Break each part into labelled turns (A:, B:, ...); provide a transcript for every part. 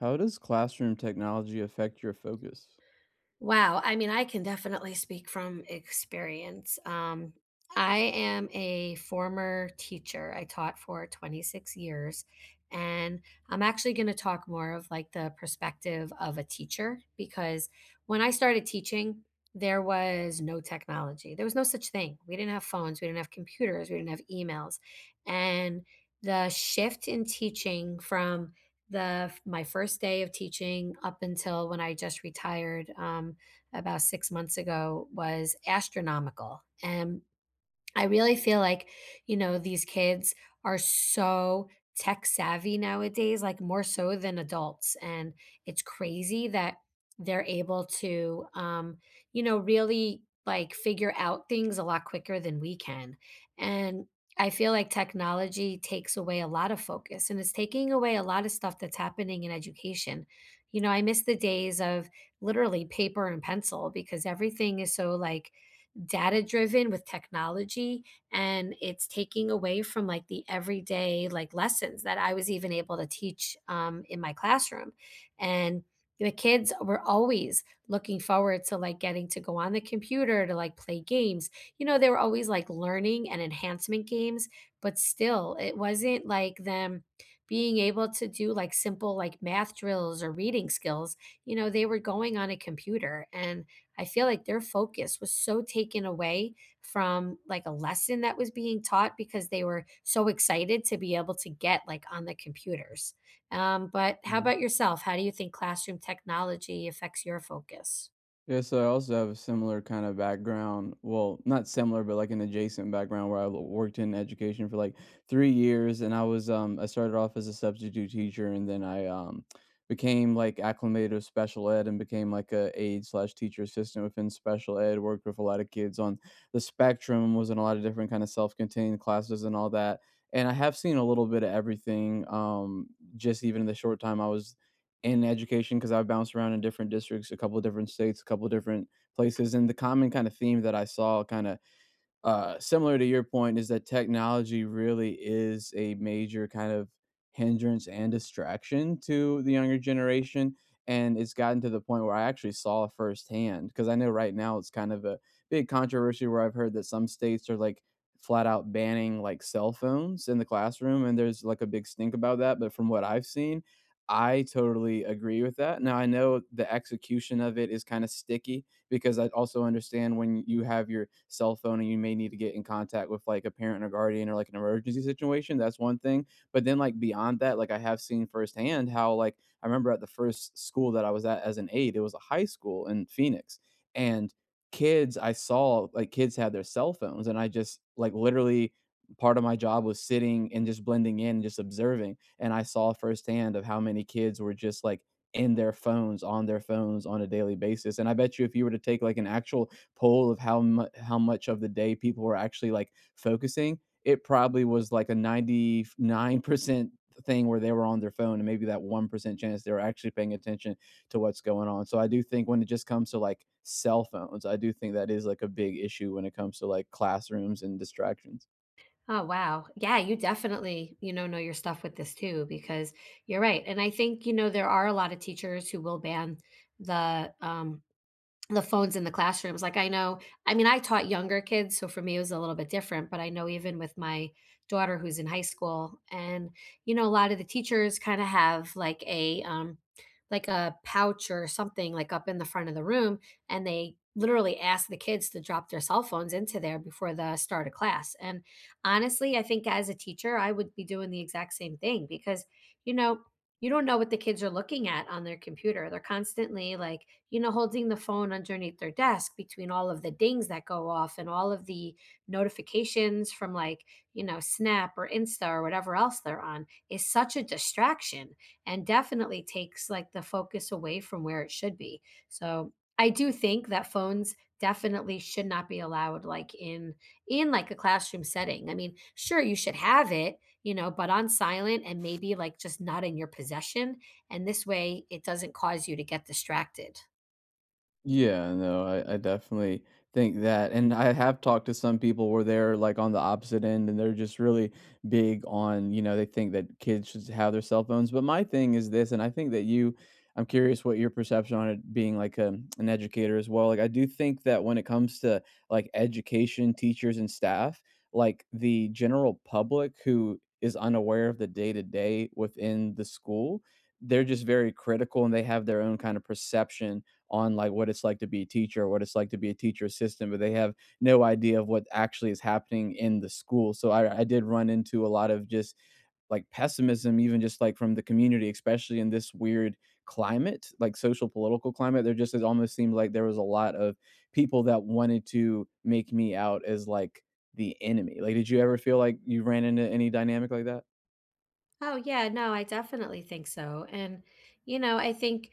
A: How does classroom technology affect your focus?
B: Wow. I mean, I can definitely speak from experience. I am a former teacher. I taught for 26 years. And I'm actually going to talk more of like the perspective of a teacher because when I started teaching, there was no technology. There was no such thing. We didn't have phones. We didn't have computers. We didn't have emails. And the shift in teaching from the my first day of teaching up until when I just retired about 6 months ago was astronomical, and I really feel like, you know, these kids are so tech savvy nowadays, like more so than adults. And it's crazy that they're able to, you know, really like figure out things a lot quicker than we can. And I feel like technology takes away a lot of focus and it's taking away a lot of stuff that's happening in education. You know, I miss the days of literally paper and pencil because everything is so like data driven with technology and it's taking away from like the everyday like lessons that I was even able to teach in my classroom and the kids were always looking forward to like getting to go on the computer to like play games. You know, they were always like learning and enhancement games, but still it wasn't like them being able to do like simple like math drills or reading skills. You know, they were going on a computer and I feel like their focus was so taken away from like a lesson that was being taught because they were so excited to be able to get like on the computers. But how
A: Mhm.
B: about yourself? How do you think classroom technology affects your focus?
A: Yeah, so I also have a similar kind of background. Well, not similar, but like an adjacent background where worked in education for like 3 years, and I started off as a substitute teacher, and then I became like acclimated with special ed and became like a aide slash teacher assistant within special ed. Worked with a lot of kids on the spectrum, was in a lot of different kind of self contained classes and all that. And I have seen a little bit of everything. Just even in the short time I was in education because I've bounced around in different districts, a couple different states, a couple different places, and the common kind of theme that I saw kind of similar to your point is that technology really is a major kind of hindrance and distraction to the younger generation. And it's gotten to the point where I actually saw it firsthand because I know right now it's kind of a big controversy where I've heard that some states are like flat out banning like cell phones in the classroom. And there's like a big stink about that. But from what I've seen, I totally agree with that. Now, I know the execution of it is kind of sticky because I also understand when you have your cell phone and you may need to get in contact with like a parent or guardian or like an emergency situation. That's one thing. But then like beyond that, like I have seen firsthand how, like, I remember at the first school that I was at as an aide, it was a high school in Phoenix. And kids, I saw like kids had their cell phones and I just like literally part of my job was sitting and just blending in and just observing, and I saw firsthand of how many kids were just like in their phones on a daily basis. And I bet you if you were to take like an actual poll of how much of the day people were actually like focusing, it probably was like a 99% thing where they were on their phone and maybe that 1% chance they were actually paying attention to what's going on. So I do think when it just comes to like cell phones, I do think that is like a big issue when it comes to like classrooms and distractions.
B: Oh, wow. Yeah, you definitely, you know your stuff with this too, because you're right. And I think, you know, there are a lot of teachers who will ban the the phones in the classrooms, like, I know. I mean, I taught younger kids, so for me, it was a little bit different, but I know even with my daughter who's in high school and, you know, a lot of the teachers kinda have like a pouch or something, like, up in the front of the room, and they literally ask the kids to drop their cell phones into there before the start of class, and honestly, I think as a teacher, I would be doing the exact same thing because, you know, you don't know what the kids are looking at on their computer. They're constantly like, you know, holding the phone underneath their desk between all of the dings that go off and all of the notifications from like, you know, Snap or Insta or whatever else they're on is such a distraction and definitely takes like the focus away from where it should be. So, I do think that phones definitely should not be allowed like in like a classroom setting. I mean, sure you should have it, you know, but on silent and maybe like just not in your possession. And this way it doesn't cause you to get distracted.
A: Yeah, no, I definitely think that. And I have talked to some people where they're like on the opposite end and they're just really big on, you know, they think that kids should have their cell phones. But my thing is this, and I think that you, I'm curious what your perception on it being like a, an educator as well. Like, I do think that when it comes to like education, teachers, and staff, like the general public who is unaware of the day to day within the school, they're just very critical and they have their own kind of perception on like what it's like to be a teacher or what it's like to be a teacher assistant, but they have no idea of what actually is happening in the school. So I did run into a lot of just like pessimism, even just like from the community, especially in this weird climate, like social political climate. There just it almost seemed like there was a lot of people that wanted to make me out as like the enemy. Like, did you ever feel like you ran into any dynamic like that?
B: Oh, yeah, no, I definitely think so. And, you know, I think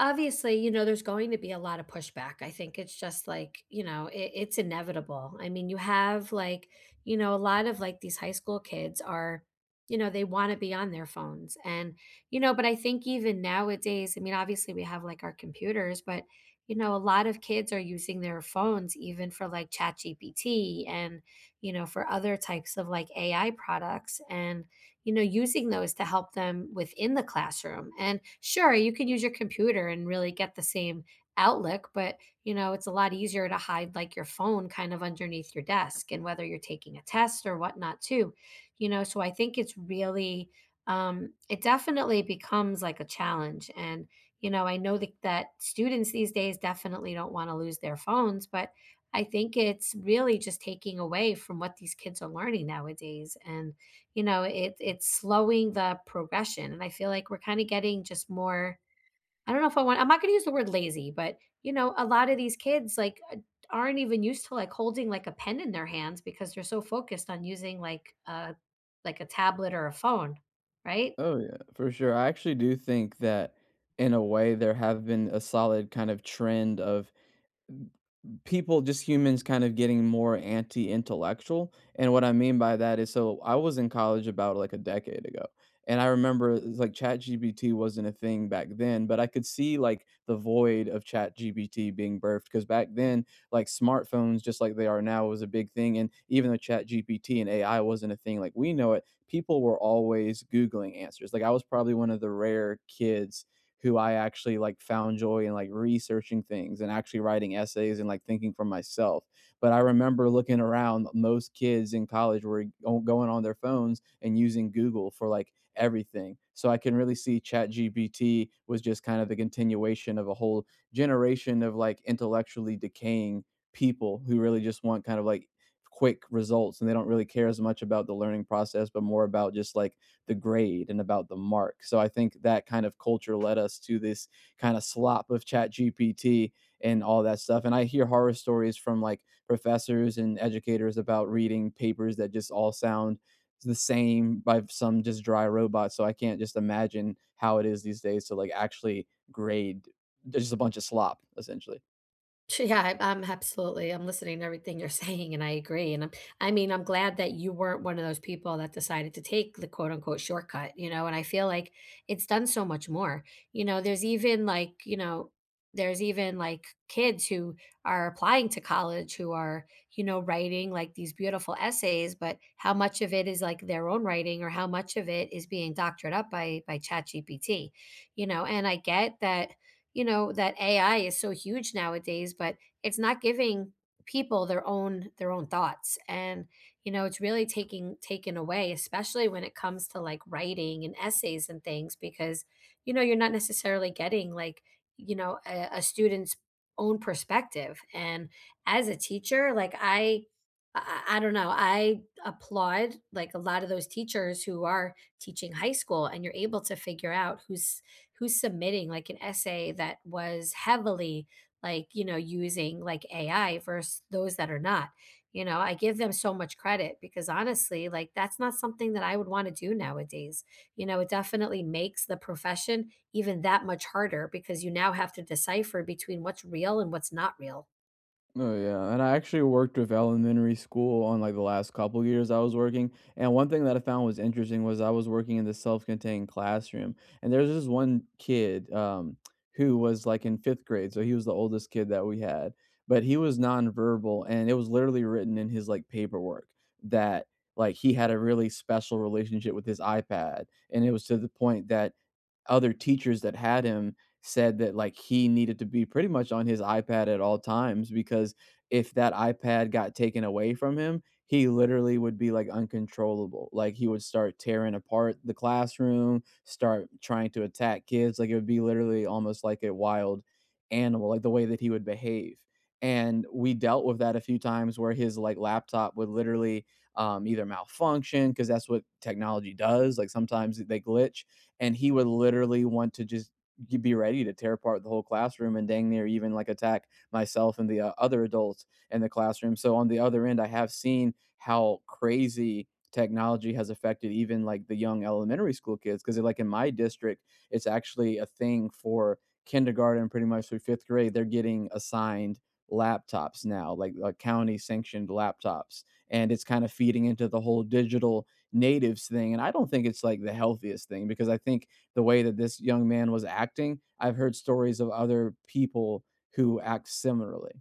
B: obviously, you know, there's going to be a lot of pushback. I think it's just like, you know, it's inevitable. I mean, you have like, you know, a lot of like these high school kids are, you know, they want to be on their phones. And, you know, but I think even nowadays, I mean, obviously we have like our computers, but, you know, a lot of kids are using their phones even for like ChatGPT and, you know, for other types of like AI products. And, you know, using those to help them within the classroom. And sure, you can use your computer and really get the same outlook, but you know, it's a lot easier to hide like your phone kind of underneath your desk and whether you're taking a test or whatnot too. You know, so I think it's really it definitely becomes like a challenge. And, you know, I know that students these days definitely don't want to lose their phones, but I think it's really just taking away from what these kids are learning nowadays. And you know, it's slowing the progression, and I feel like we're kinda getting just more. I don't know if I want I'm not gonna use the word lazy, but, you know, a lot of these kids, like, aren't even used to, like, holding, like, a pen in their hands because they're so focused on using, like, a tablet or a phone, right?
A: Oh yeah, for sure. I actually do think that in a way there have been a solid kind of trend of people, just humans kind of getting more anti-intellectual. And what I mean by that is, so I was in college about like a decade ago, and I remember it's like chat gbt wasn't a thing back then, but I could see like the void of chat gbt being birthed because back then like smartphones, just like they are now, was a big thing. And even though chat gpt and AI wasn't a thing like we know it, people were always googling answers. Like I was probably one of the rare kids who I actually like found joy in like researching things and actually writing essays and like thinking for myself. But I remember looking around, most kids in college were going on their phones and using Google for like everything. So I can really see ChatGPT was just kind of the continuation of a whole generation of like intellectually decaying people who really just want kind of like quick results, and they don't really care as much about the learning process but more about just like the grade and about the mark. So I think that kind of culture led us to this kind of slop of chat GPT and all that stuff. And I hear horror stories from like professors and educators about reading papers that just all sound the same by some just dry robot. So I can't just imagine how it is these days to like actually grade just a bunch of slop essentially.
B: Ch Yeah, I'm absolutely I'm listening to everything you're saying, and I agree, and I mean, I'm glad that you weren't one of those people that decided to take the quote, unquote, "shortcut," you know, and I feel like it's done so much more, you know, there's even, like, kids who are applying to college who are, you know, writing, like, these beautiful essays, but how much of it is, like, their own writing or how much of it is being doctored up by ChatGPT, you know, and I get that you know that AI is so huge nowadays, but it's not giving people their own thoughts, and you know it's really taking taken away, especially when it comes to like writing and essays and things, because you know you're not necessarily getting like you know a student's own perspective. And as a teacher like I don't know. I applaud like a lot of those teachers who are teaching high school and you're able to figure out who's submitting like an essay that was heavily like you know using like ai versus those that are not. You know I give them so much credit because honestly like that's not something that I would want to do nowadays. You know it definitely makes the profession even that much harder because you now have to decipher between what's real and what's not real.
A: Oh yeah, and I actually worked with elementary school on like the last couple of years I was working, and one thing that I found was interesting was I was working in the self-contained classroom, and there's this one kid who was like in fifth grade, so he was the oldest kid that we had, but he was nonverbal, and it was literally written in his like paperwork that like he had a really special relationship with his iPad, and it was to the point that other teachers that had him said that, like, he needed to be pretty much on his iPad at all times because if that iPad got taken away from him, he literally would be, like, uncontrollable. Like, he would start tearing apart the classroom, start trying to attack kids, like, it would be literally almost like a wild animal, like, the way that he would behave, and we dealt with that a few times where his, like, laptop would literally, either malfunction, because that's what technology does, like, sometimes they glitch, and he would literally want to just be ready to tear apart the whole classroom and dang near even like attack myself and the other adults in the classroom. So on the other end, I have seen how crazy technology has affected even like the young elementary school kids because like in my district, it's actually a thing for kindergarten pretty much through fifth grade. They're getting assigned laptops now, like county sanctioned laptops, and it's kind of feeding into the whole digital natives thing. And I don't think it's like the healthiest thing because I think the way that this young man was acting, I've heard stories of other people who act similarly.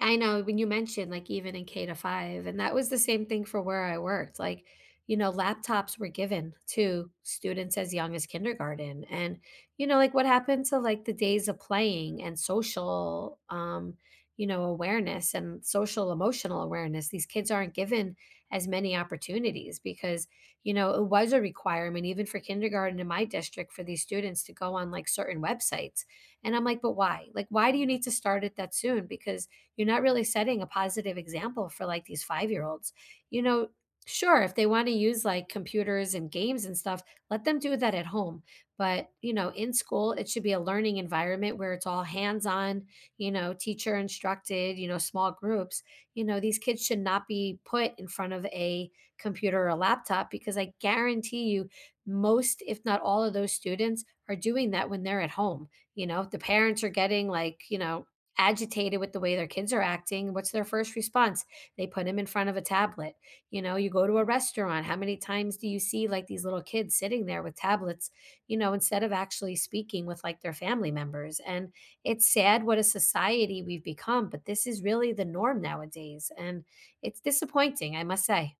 B: I know when you mentioned like even in K to five, and that was the same thing for where I worked. Like, you know, laptops were given to students as young as kindergarten. And, you know, like what happened to like the days of playing and social you know, awareness and social emotional awareness. These kids aren't given as many opportunities because, you know, it was a requirement even for kindergarten in my district for these students to go on like certain websites. And I'm like, but why? Like, why do you need to start it that soon? Because you're not really setting a positive example for like these 5 year olds. You know, sure, if they want to use like computers and games and stuff, let them do that at home. But, you know, in school, it should be a learning environment where it's all hands on, you know, teacher instructed, you know, small groups. You know, these kids should not be put in front of a computer or a laptop because I guarantee you, most, if not all of those students are doing that when they're at home. You know, the parents are getting like, you know, agitated with the way their kids are acting, what's their first response? They put them in front of a tablet. You know, you go to a restaurant, how many times do you see like these little kids sitting there with tablets, you know, instead of actually speaking with like their family members? And it's sad what a society we've become, but this is really the norm nowadays. And it's disappointing, I must say.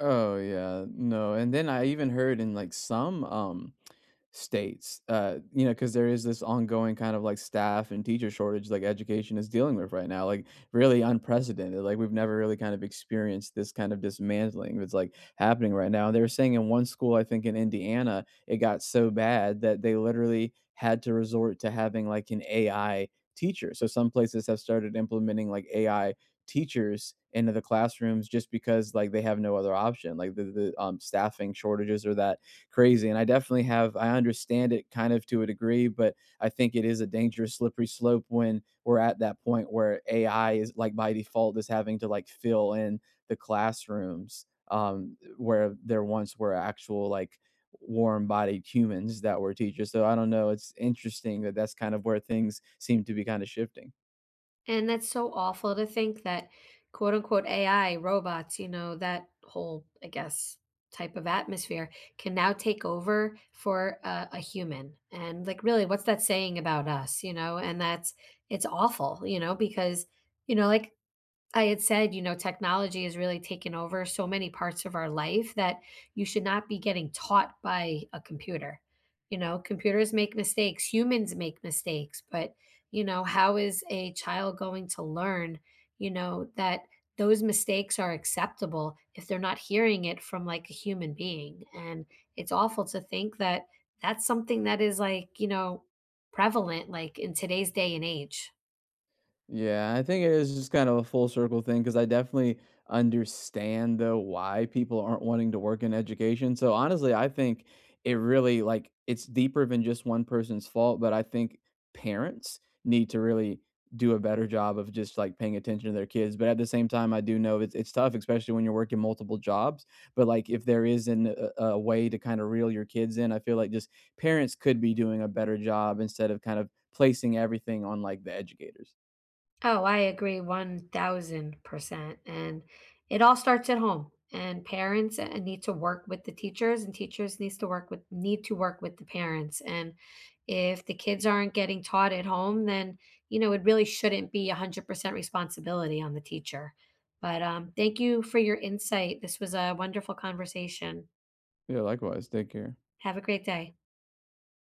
A: Oh yeah, no. And then I even heard in like some states you know, because there is this ongoing kind of like staff and teacher shortage like education is dealing with right now, like really unprecedented, like we've never really kind of experienced this kind of dismantling that's like happening right now. They were saying in one school, I think in Indiana, it got so bad that they literally had to resort to having like an AI teacher. So some places have started implementing like AI teachers into the classrooms just because like they have no other option, like the staffing shortages or that crazy. And I definitely have, I understand it kind of to a degree, but I think it is a dangerous slippery slope when we're at that point where AI is like by default is having to like fill in the classrooms where there once were actual like warm bodied humans that were teachers. So I don't know. It's interesting that that's kind of where things seem to be kind of shifting.
B: And that's so awful to think that quote unquote AI robots, you know, that whole, I guess, type of atmosphere can now take over for a human. And like, really, what's that saying about us, you know? And that's, it's awful, you know, because, you know, like I had said, you know, technology has really taken over so many parts of our life that you should not be getting taught by a computer. You know, computers make mistakes, humans make mistakes, but, you know, how is a child going to learn, you know, that those mistakes are acceptable if they're not hearing it from like a human being? And it's awful to think that that's something that is like, you know, prevalent like in today's day and age.
A: Yeah, I think it is just kind of a full circle thing because I definitely understand though why people aren't wanting to work in education. So honestly, I think it really like it's deeper than just one person's fault, but I think parents need to really do a better job of just like paying attention to their kids. But at the same time, I do know it's tough, especially when you're working multiple jobs. But like if there is an, a way to kind of reel your kids in, I feel like just parents could be doing a better job instead of kind of placing everything on like the educators.
B: Oh, I agree 1000%. And it all starts at home. And parents need to work with the teachers and teachers need to work with the parents. And if the kids aren't getting taught at home, then you know it really shouldn't be 100% responsibility on the teacher. But thank you for your insight. This was a wonderful conversation.
A: Yeah, likewise. Take care.
B: Have a great day.